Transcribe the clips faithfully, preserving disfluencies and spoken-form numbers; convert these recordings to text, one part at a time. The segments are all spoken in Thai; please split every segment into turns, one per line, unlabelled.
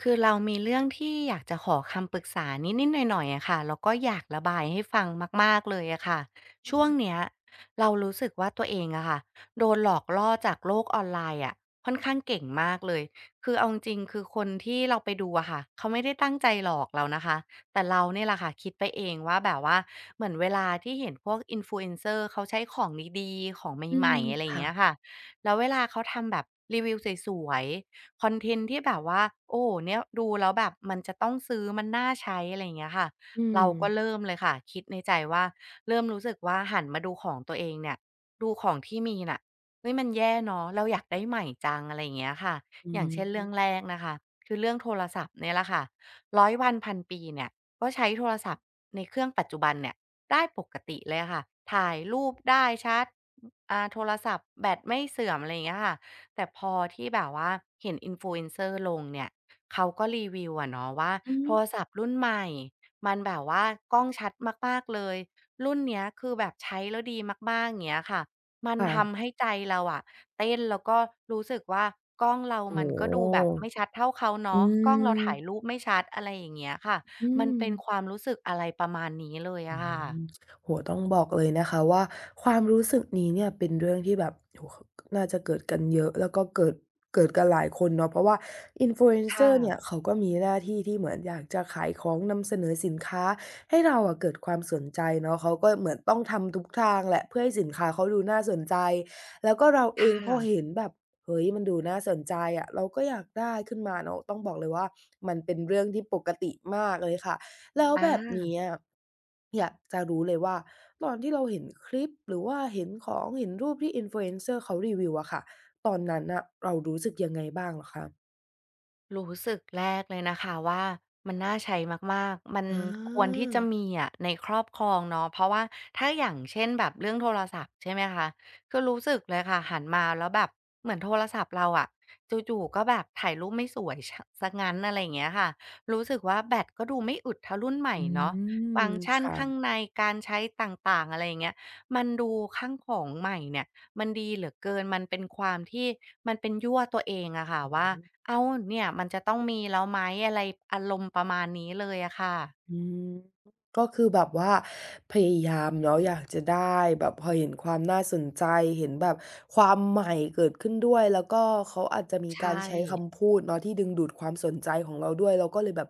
คือเรามีเรื่องที่อยากจะขอคำปรึกษานิดๆหน่อยๆอะค่ะแล้วก็อยากระบายให้ฟังมากๆเลยอะค่ะ
อื
ช่วง
ม
เนี้ยเรารู้สึกว่าตัวเองอะค่ะโดนหลอกล่อจากโลกออนไลน์อะค่อนข้างเก่งมากเลยคือเอาจริงๆคือคนที่เราไปดูอะค่ะเขาไม่ได้ตั้งใจหลอกเรานะคะแต่เราเนี่ยแหละค่ะคิดไปเองว่าแบบว่าเหมือนเวลาที่เห็นพวก Influencer เขาใช้ของดีๆของ
อื
ใหม่ๆอะไรอ
ม
ย่างเงี้ยค่ะแล้วเวลาเขาทำแบบรีวิวสวย คอนเทนต์ที่แบบว่าโอ้โฮเนี่ยดูแล้วแบบมันจะต้องซื้อมันน่าใช้อะไรอย่างเงี้ยค่ะ
อื
เราก็
ม
เริ่มเลยค่ะคิดในใจว่าเริ่มรู้สึกว่าหันมาดูของตัวเองเนี่ยดูของที่มีน่ะเฮ้ยมันแย่เนาะเราอยากได้ใหม่จังอะไรอย่างเงี้ยค่ะ
อื
อย่างเช่นเรื่องแร
ม
กนะคะคือเรื่องโทรศัพท์เนี่ยแหละค่ะร้อยวันพันปีเนี่ยก็ใช้โทรศัพท์ในเครื่องปัจจุบันเนี่ยได้ปกติเลยค่ะถ่ายรูปได้ชัดอาโทรศัพท์แบตไม่เสื่อมอะไรอย่างเงี้ยค่ะ แต่พอที่แบบว่าเห็น influencer ลงเนี่ยเขาก็รีวิวอะเนาะว่า
อื
โทร
ม
ศัพท์รุ่นใหม่มันแบบว่ากล้องชัดมากๆเลยรุ่นเนี้ยคือแบบใช้แล้วดีมากๆอย่างเงี้ยค่ะมัน
ค่ะ
ทำให้ใจเราอะเต้นแล้วก็รู้สึกว่ากล้องเรา
โอ้
มันก็
โฮ
ดูแบบไม่ชัดเท่าเขาเนาะ
อื
กล้องเรา
ม
ถ่ายรูปไม่ชัดอะไรอย่างเงี้ยค่ะ
อื
มัน
ม
เป็นความรู้สึกอะไรประมาณนี้เลย
อื
อะ
ม
ค่ะ
โอ้โฮต้องบอกเลยนะคะว่าความรู้สึกนี้เนี่ยเป็นเรื่องที่แบบโอ้โฮน่าจะเกิดกันเยอะแล้วก็เกิดเกิดกันหลายคนเนาะเพราะว่า
ค่ะ
Influencer เนี่ยเขาก็มีหน้าที่ที่เหมือนอยากจะขายของนำเสนอสินค้าให้เราอะเกิดความสนใจเนาะเขาก็เหมือนต้องทำทุกทางแหละเพื่อให้สินค้าเขาดูน่าสนใจแล้วก็เราเอ
ค่ะ
งพอเห็นแบบเฮ้ยมันดูน่าสนใจอะเราก็อยากได้ขึ้นมาเนาะต้องบอกเลยว่ามันเป็นเรื่องที่ปกติมากเลยค่ะ แล้ว
อ
แบบ
า
เนี้ออยากจะรู้เลยว่าตอนที่เราเห็นคลิปหรือว่าเห็นของเห็นรูปที่ Influencer เขารีวิวอะค่ะตอนนั้นน่ะเรารู้สึกยังไงบ้างเหรอคะ
รู้สึกแรกเลยนะคะว่ามันน่าใช้มากๆ มัน
อา
ควรที่จะมีอะในครอบครองเนาะเพราะว่าถ้าอย่างเช่นแบบเรื่องโทรศัพท์ใช่ไหมคะคือรู้สึกเลยค่ะหันมาแล้วแบบเหมือนโทรศัพท์เราอะจู่ๆก็แบบถ่ายรูปไม่สวยชเสียงั้นอะไรอย่างเงี้ยค่ะรู้สึกว่าแบตก็ดูไม่อึดเท่ารุ่นใหม่
อื
เนาะฟัง
ม
ก์ชัน
ค่ะ
ข้างในการใช้ต่างๆอะไรอย่างเงี้ยมันดูข้างของใหม่เนี่ย มันดีเหลือเกินมันเป็นความที่มันเป็นยั่วตัวเองอะค่ะว่าอ้าวเนี่ยมันจะต้องมีแล้วไหมอะไรอารมณ์ประมาณนี้เลยอะค่ะ
อืมก็คือแบบว่าพยายามเนาะอยากจะได้แบบพอเห็นความน่าสนใจเห็นแบบความใหม่เกิดขึ้นด้วยแล้วก็เขาอาจจะมี
ใช
การ
่
ใช้คำพูดเนาะที่ดึงดูดความสนใจของเราด้วยเราก็เลยแบบ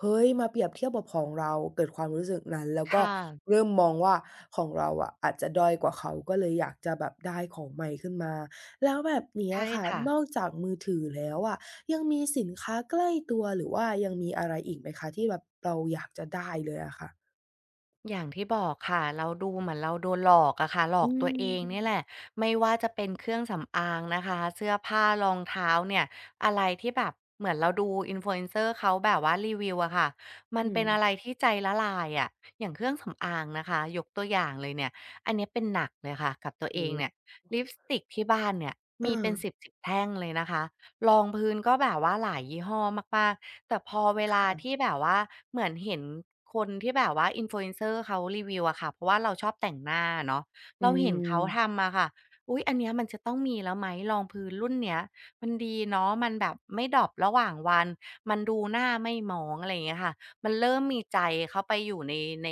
เฮ้ยมาเปรียบเทียบกับของเราเกิดความรู้สึกนั้นแล้วก็
ค่ะ
เริ่มมองว่าของเราอะอาจจะด้อยกว่าเขาก็เลยอยากจะแบบได้ของใหม่ขึ้นมาแล้วแบบเนี้ย
ใช่
ค่ะ
ค่ะ
นอกจากมือถือแล้วอะ ยังมีสินค้าใกล้ตัวหรือว่ายังมีอะไรอีกไหมคะที่แบบเราอยากจะได้เลยอะค่ะ
อย่างที่บอกค่ะเราดูเหมือนเราโดนหลอกอะค่ะหลอ
อื
กตัว
ม
เองเนี่ยแหละไม่ว่าจะเป็นเครื่องสำอางนะคะเสื้อผ้ารองเท้าเนี่ยอะไรที่แบบเหมือนเราดู i n เอนเซอร์เขาแบบว่ารีวิวอะค่ะมัน
อืม
เป็นอะไรที่ใจละลายอะอย่างเครื่องสำอางนะคะยกตัวอย่างเลยเนี่ยอันเนี้ยเป็นหนักเลยค่ะกับตัวเอ
โอ้
งเนี่ย
โฮ
ลิปสติกที่บ้านเนี่ย
เอ
มีเป็นสิ
อ
บสิบแท่งเลยนะคะ รองพื้นก็แบบว่าหลายยี่ห้อมากๆแต่พอเวลาที่แบบว่าเหมือนเห็นคนที่แบบว่า Influencer เขารีวิวอะค่ะเพราะว่าเราชอบแต่งหน้าอะเนาะ
อื
เราเห็นเขา
ม
ทำอะค่ะอุ๊ยอันเนี้ยมันจะต้องมีแล้วไหมรองพื้นรุ่นเนี้ยมันดีเนาะมันแบบไม่ดอบระหว่างวันมันดูหน้าไม่หมองอะไรอย่างเงี้ยค่ะมันเริ่มมีใจเข้าไปอยู่ในใน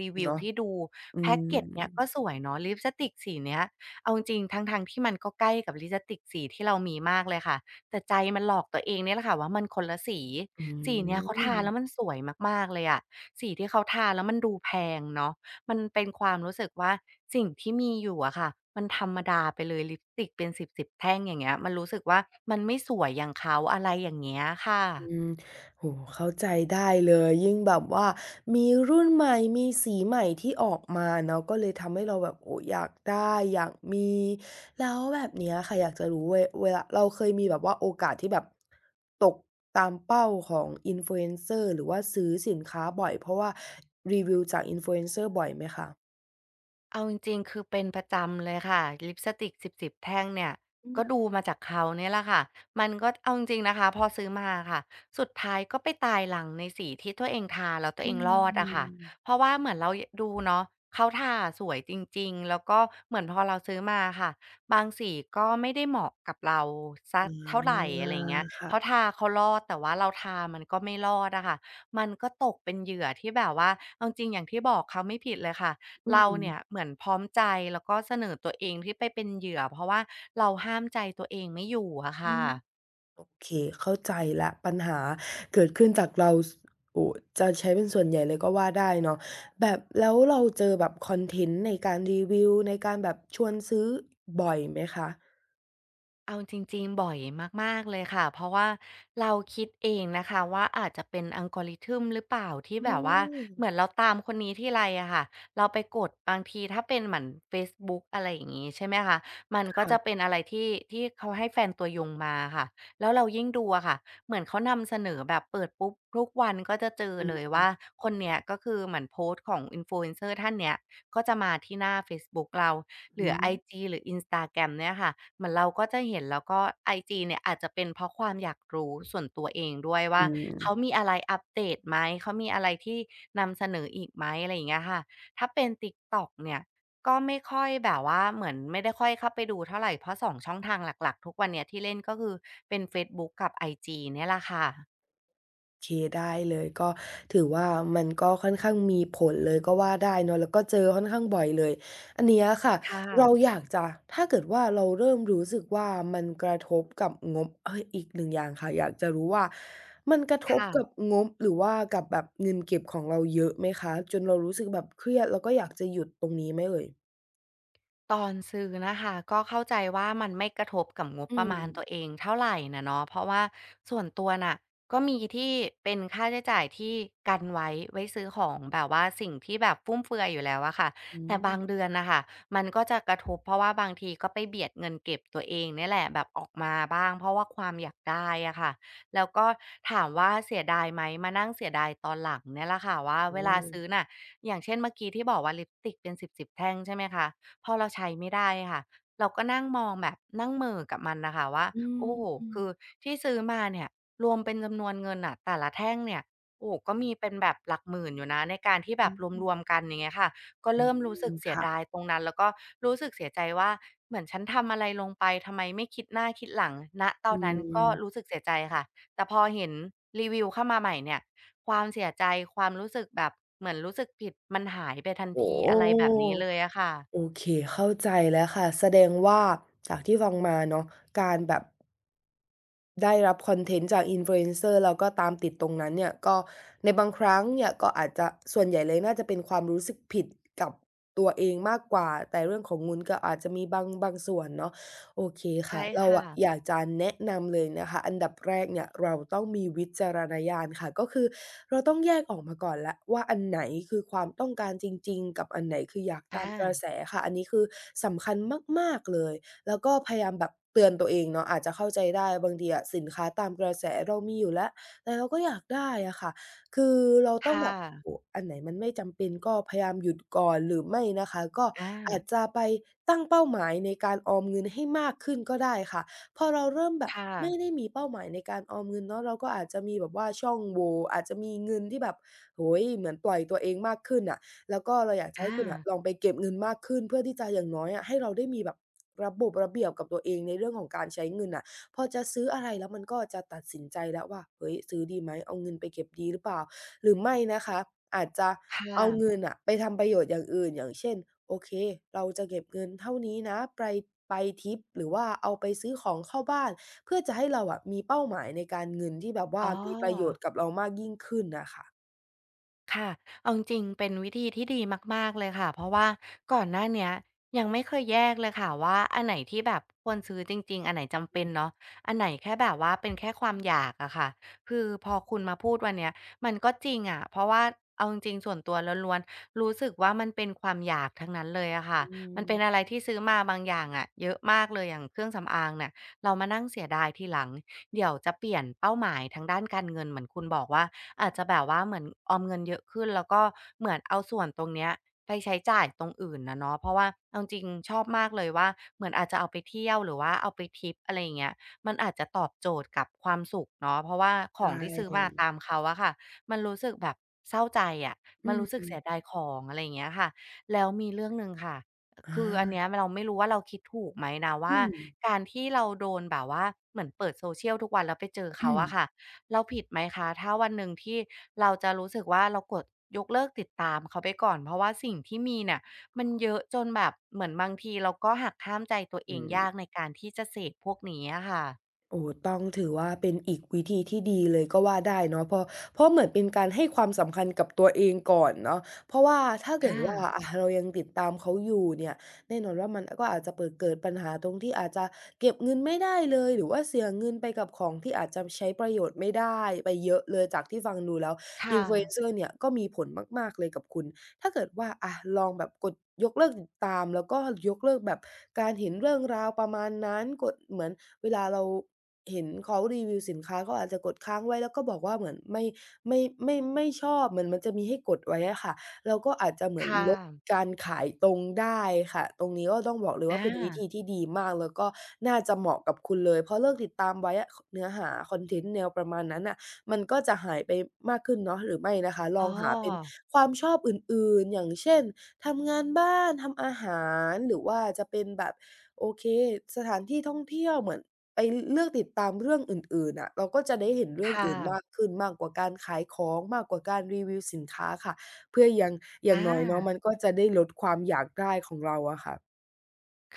รีวิว
เนาะ
ที่ดู
อื
แพ็กเกจ
ม
เนี้ยก็สวยเนาะลิปสติกสีเนี้ยเอาจริงๆทั้งๆที่มันก็ใกล้กับลิปสติกสีที่เรามีมากเลยค่ะ แต่ใจมันหลอกตัวเองเนี่ยแหละค่ะว่ามันคนละสี
อื
สีเนี้ยเขาทาแล้วมั
ม
นสวยมากๆเลยอะสีที่เขาทาแล้วมันดูแพงเนาะมันเป็นความรู้สึกว่าสิ่งที่มีอยู่อะค่ะมันธรรมดาไปเลยลิปสติกเป็นสิบสิบแท่งอย่างเงี้ยมันรู้สึกว่ามันไม่สวยอย่างเขาอะไรอย่างเงี้ยค่ะ
อืมโอ้โฮเข้าใจได้เลยยิ่งแบบว่ามีรุ่นใหม่มีสีใหม่ที่ออกมาเนาะก็เลยทำให้เราแบบโอ้อยากได้อยากมีแล้วแบบเนี้ยค่ะอยากจะรู้เวเวลาเราเคยมีแบบว่าโอกาสที่แบบตกตามเป้าของ Influencer หรือว่าซื้อสินค้าบ่อยเพราะว่ารีวิวจาก Influencer บ่อยไหมคะ
เอาจริงๆคือเป็นประจำเลยค่ะลิปสติกสิบๆแท่งเนี่ยก็ดูมาจากเขาเนี่ยแหละค่ะมันก็เอาจริงๆนะคะพอซื้อมาอะค่ะสุดท้ายก็ไปตายหลังในสีที่ตัวเองทาแล้วตัว
อื
เองรอดอะค่ะ
ม
เพราะว่าเหมือนเรายดูเนาะเขาทาสวยจริงๆแล้วก็เหมือนพอเราซื้อมาอะค่ะบางสีก็ไม่ได้เหมาะกับเราสัก
อ
เท่าไร
า
อะไรอย่างเงี้ยเขา
ค่ะ
ทาเขารอดแต่ว่าเราทามันก็ไม่รอดอะค่ะมันก็ตกเป็นเหยื่อที่แบบว่าเอาจริงๆอย่างที่บอกเขาไม่ผิดเลยค่ะ
อื
เราเนี่ย
ม
เหมือนพร้อมใจแล้วก็เสนอตัวเองที่ไปเป็นเหยื่อเพราะว่าเราห้ามใจตัวเองไม่อยู่อะ
อื
ค่ะ
ม โอเคเข้าใจแล้วปัญหาเกิดขึ้นจากเราสโอ้จะใช้เป็นส่วนใหญ่เลยก็ว่าได้เนาะแบบแล้วเราเจอแบบคอนเทนต์ในการรีวิวในการแบบชวนซื้อบ่อยไหมคะ
เอาจริงๆบ่อยมากๆเลยค่ะเพราะว่าเราคิดเองนะคะว่าอาจจะเป็น algorithm หรือเปล่าที่
อื
แบบว่า
ม
เหมือนเราตามคนนี้ทีไรอะค่ะเราไปกดบางทีถ้าเป็นเหมือนเฟซบุ๊กอะไรอย่างงี้ใช่ไหมคะมันก็จะเป็
ค่ะ
นอะไรที่ที่เขาให้แฟนตัวยงมาค่ะแล้วเรายิ่งดูอะค่ะเหมือนเขานำเสนอแบบเปิดปุ๊บทุกวันก็จะเจอ
อือ
เลย
ฮึ
ว่าคนเนี้ยก็คือเหมือนโพสต์ของ อินฟลูเอนเซอร์ ท่านเนี้ยก็จะมาที่หน้าเฟซบุ๊กเรา หรือไอจีหรือ อินสตาแกรม เนี่ยค่ะเหมือนเราก็จะเห็นแล้วก็ไอจีเนี่ยอาจจะเป็นเพราะความอยากรู้ส่วนตัวเองด้วยว่า
อืม
เขามีอะไรอัปเดตไหมเขามีอะไรที่นำเสนออีกไหมอะไรอย่างเงี้ยค่ะถ้าเป็น ติ๊กต็อก เนี่ยก็ไม่ค่อยแบบว่าเหมือนไม่ได้ค่อยเข้าไปดูเท่าไรเพราะสองช่องทางหลักๆทุกวันเนี้ยที่เล่นก็คือเป็นเฟซบุ๊กกับไอจีเนี่ยแหละค่ะ
เคได้เลยก็ถือว่ามันก็ค่อนข้างมีผลเลยก็ว่าได้เนาะแล้วก็เจอค่อนข้างบ่อยเลยอันเนี้ยค่ะ
ค่ะ
เราอยากจะถ้าเกิดว่าเราเริ่มรู้สึกว่ามันกระทบกับงบเฮ้ยอีกหนึ่งอย่างค่ะอยากจะรู้ว่ามันกระทบ
ค่ะ
กับงบหรือว่ากับแบบเงินเก็บของเราเยอะไหมคะจนเรารู้สึกแบบเครียดแล้วก็อยากจะหยุดตรงนี้ไหมเอ่ย
ตอนซื้อนะคะก็เข้าใจว่ามันไม่กระทบกับงบ
อื
ประมาณตัวเอ
ม
งเท่าไหรนะเนาะเพราะว่าส่วนตัวน่ะก็มีที่เป็นค่าใช้จ่ายที่กันไว้ไว้ซื้อของแบบว่าสิ่งที่แบบฟุ่มเฟือยอยู่แล้วอะค่ะ
อื
แต่บาง
ม
เดือนน่ะค่ะมันก็จะกระทบเพราะว่าบางทีก็ไปเบียดเงินเก็บตัวเองเนี่ยแหละแบบออกมาบ้างเพราะว่าความอยากได้อะค่ะแล้วก็ถามว่าเสียดายไหมมานั่งเสียดายตอนหลังเนี่ยแหละค่ะว่า
โอ้
เวลาซื้อน่ะอย่างเช่นเมื่อกี้ที่บอกว่าลิปสติกเป็นสิบๆแท่งใช่ไหมคะ พอเราใช้ไม่ได้ค่ะเราก็นั่งมองแบบนั่งเหม่อกับมันนะค่ะว่า
อืม
โอ้โฮ
อื
คือที่ซื้อมาเนี่ยรวมเป็นจำนวนเงินน่ะแต่ละแท่งเนี่ยโอ้โฮก็มีเป็นแบบหลักหมื่นอยู่นะในการที่แบบรวม
ม
ๆกันอย่างเงี้ยค่ะก็
อื
เริ่มรู้สึ
ม
กเสีย
ค่ะ
ดายตรงนั้นแล้วก็รู้สึกเสียใจว่าเหมือนฉันทำอะไรลงไปทำไมไม่คิดหน้าคิดหลังณตอ
อื
นนั้นก็รู้
ม
สึกเสียใจค่ะแต่พอเห็นรีวิวเข้ามาใหม่เนี่ยความเสียใจความรู้สึกแบบเหมือนรู้สึกผิดมันหายไปทัน
โอ้
ทีอะไรแบบนี้เลยอะค่ะ
โอเคเข้าใจแล้วค่ะแสดงว่าจากที่ฟังมาเนาะการแบบ ได้รับคอนเทนต์จาก influencer แล้วก็ตามติดตรงนั้นเนี่ยก็ในบางครั้งเนี่ยก็อาจจะส่วนใหญ่เลยน่าจะเป็นความรู้สึกผิดกับตัวเองมากกว่าแต่เรื่องของเงินก็อาจจะมีบางบางส่วนเนาะโอเค
ใช่
ค่ะเรา
ค่ะ
อะอยากจะแนะนำเลยนะคะอันดับแรกเนี่ยเราต้องมีวิจารณญาณค่ะก็คือเราต้องแยกออกมาก่อนแล้วว่าอันไหนคือความต้องการจริงๆกับอันไหนคืออยากตามกระ
อา
แสค่ะอันนี้คือสำคัญมากๆเลย แล้วก็พยายามแบบเตือนตัวเองเนาะอาจจะเข้าใจได้บางทีอะสินค้าตามกระแสเรามีอยู่แล้วแต่เราก็อยากได้อะค่ะคือเราต้อง
ค่ะ
แบบโอ้อันไหนมันไม่จำเป็นก็พยายามหยุดก่อนหรือไม่นะคะก็อา
อา
จจะไปตั้งเป้าหมายในการออมเงินให้มากขึ้นก็ได้ค่ะพอเราเริ่มแบบ
ค่ะ
ไม่ได้มีเป้าหมายในการออมเงินเนาะเราก็อาจจะมีแบบว่าช่องโหว่อาจจะมีเงินที่แบบโอ้โฮเหมือนปล่อยตัวเองมากขึ้นน่ะ แล้วก็เราอยากจะให้
อา
คุณอะลองไปเก็บเงินมากขึ้นเพื่อที่จะอย่างน้อยอะให้เราได้มีแบบระบบระเบียบกับตัวเองในเรื่องของการใช้เงินน่ะพอจะซื้ออะไรแล้วมันก็จะตัดสินใจแล้วว่าเฮ้ยซื้อดีไหมเอาเงินไปเก็บดีหรือเปล่าหรือไม่นะคะอาจจะ
ค่ะ
เอาเงินน่ะไปทำประโยชน์อย่างอื่นอย่างเช่นโอเคเราจะเก็บเงินเท่านี้นะไปไปทริปหรือว่าเอาไปซื้อของเข้าบ้านเพื่อจะให้เราอะมีเป้าหมายในการเงินที่แบบ
อ๋
ว่า
อ
มีประโยชน์กับเรามากยิ่งขึ้นน่ะค่ะ
ค่ะ เอาจริงๆเป็นวิธีที่ดีมากๆเลยค่ะ เพราะว่าก่อนหน้าเนี้ยยังไม่เคยแยกเลยค่ะว่าอันไหนที่แบบควรซื้อจริงๆ อันไหนจำเป็นเนาะอันไหนแค่แบบว่าเป็นแค่ความอยากอะค่ะ คือพอคุณมาพูดวันเนี้ยมันก็จริงอะเพราะว่าเอาจริงๆส่วนตัวล้วนๆ รู้สึกว่ามันเป็นความอยากทั้งนั้นเลยอะค่ะ
อื
มั
ม
นเป็นอะไรที่ซื้อมาบางอย่างอะเยอะมากเลยอย่างเครื่องสำอางเนี่ยเรามานั่งเสียดายทีหลังเดี๋ยวจะเปลี่ยนเป้าหมายทางด้านการเงินเหมือนคุณบอกว่า อาจจะแบบว่าเหมือนออมเงินเยอะขึ้นแล้วก็เหมือนเอาส่วนตรงเนี้ยไปใช้จ่ายตรงอื่นนะเนาะเพราะว่าเอาจริงๆชอบมากเลยว่าเหมือนอาจจะเอาไปเที่ยวหรือว่าเอาไปทริปอะไรอย่างเงี้ยมันอาจจะตอบโจทย์กับความสุขเนาะเพราะว่าข
ใช่
องที่ซื้อมาตามเขาอะค่ะมันรู้สึกแบบเศร้าใจอะ
อื
มันรู้สึกเสีย
ม
ดายของอะไรอย่างเงี้ยค่ะแล้วมีเรื่องหนึ่งค่ะอ
อา
คืออันเนี้ยมเราไม่รู้ว่าเราคิดถูกไหมนะว่า
อืม
การที่เราโดนแบบว่าเหมือนเปิด โซเชียล ทุกวันแล้วไปเจอ
อื
เขา
ม
อะค่ะ เราผิดไหมคะถ้าวันหนึ่งที่เราจะรู้สึกว่าเรากดยกเลิกติดตามเขาไปก่อนเพราะว่าสิ่งที่มีเนี่ยมันเยอะจนแบบเหมือนบางทีเราก็หักห้ามใจตัวเอ
อื
ง
ม
ยากในการที่จะเสพพวกนี้อะค่ะ
โอ้ต้องถือว่าเป็นอีกวิธีที่ดีเลยก็ว่าได้เนาะเพราะเพราะเหมือนเป็นการให้ความสำคัญกับตัวเองก่อนเนาะเพราะว่าถ้า
อา
เกิดว่าอ่าเรายังติดตามเขาอยู่เนี่ยแน่นอนว่ามันก็อาจจะเปิดเกิดปัญหาตรงที่อาจจะเก็บเงินไม่ได้เลยหรือว่าเสียเงินไปกับของที่อาจจะใช้ประโยชน์ไม่ได้ไปเยอะเลยจากที่ฟังดูแล้ว
ค่ะ
อินฟลูเอนเซอร์ เนี่ยก็มีผลมากๆเลยกับคุณ ถ้าเกิดว่าอะลองแบบกดยกเลิกติดตามแล้วก็ยกเลิกแบบการเห็นเรื่องราวประมาณนั้นกดเหมือนเวลาเราเห็นเขารีวิวสินค้าก็อาจจะกดค้างไว้แล้วก็บอกว่าเหมือนไม่ไม่ไม่ไม่ชอบเหมือนมันจะมีให้กดไว้อะค่ะเราก็อาจจะเหมือน
ค่ะ
ลดการขายตรงได้ค่ะตรงนี้ก็ต้องบอกเลย
อา
ว่าเป็นวิธีที่ดีมากแล้วก็น่าจะเหมาะกับคุณเลยเพราะเลิกติดตามไว้อะคเนื้อหาคอนเทนต์แนวประมาณนั้นน่ะ มันก็จะหายไปมากขึ้นเนาะหรือไม่นะคะล
อ๋อ
องหาเป็นความชอบอื่นๆอย่างเช่นทำงานบ้านทำอาหารหรือว่าจะเป็นแบบโอเคสถานที่ท่องเที่ยวเหมือนไปเลือกติดตามเรื่องอื่นๆอะเราก็จะได้เห็นเรื่อง
ค่ะ
อื่นมากขึ้นมากกว่าการขายของมากกว่าการรีวิวสินค้าค่ะเพื่อยังอย่าง
อา
น้อยเนาะมันก็จะได้ลดความอยากได้ของเราอะค่ะ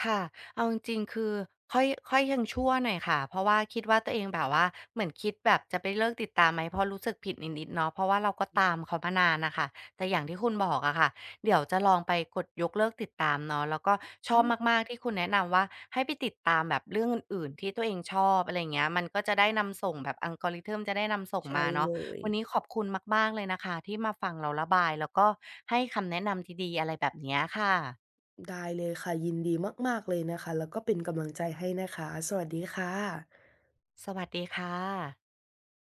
ค่ะ เอาจริงๆคือค่อยค่อยยังชั่วหน่อยค่ะเพราะว่าคิดว่าตัวเองแบบว่าเหมือนคิดแบบจะไปเลิกติดตามไหมเพราะรู้สึกผิดนิดๆเนาะเพราะว่าเราก็ตามเขามานานน่ะค่ะแต่อย่างที่คุณบอกอะค่ะ เดี๋ยวจะลองไปกดยกเลิกติดตามเนาะแล้วก็ชอ
อื
บ
ม
มากๆที่คุณแนะนำว่าให้ไปติดตามแบบเรื่องอื่นๆที่ตัวเองชอบอะไรอย่างเงี้ยมันก็จะได้นำส่งแบบ algorithm จะได้นำส่ง
ใช่
มาเนาะ
เลย
วันนี้ขอบคุณมากๆเลยนะคะที่มาฟังเราระบายแล้วก็ให้คำแนะนำดีๆอะไรแบบเนี้ยค่ะ
ได้เลยค่ะยินดีมากๆเลยนะคะแล้วก็เป็นกำลังใจให้นะคะสวัสดีค่ะ
สวัสดีค่ะ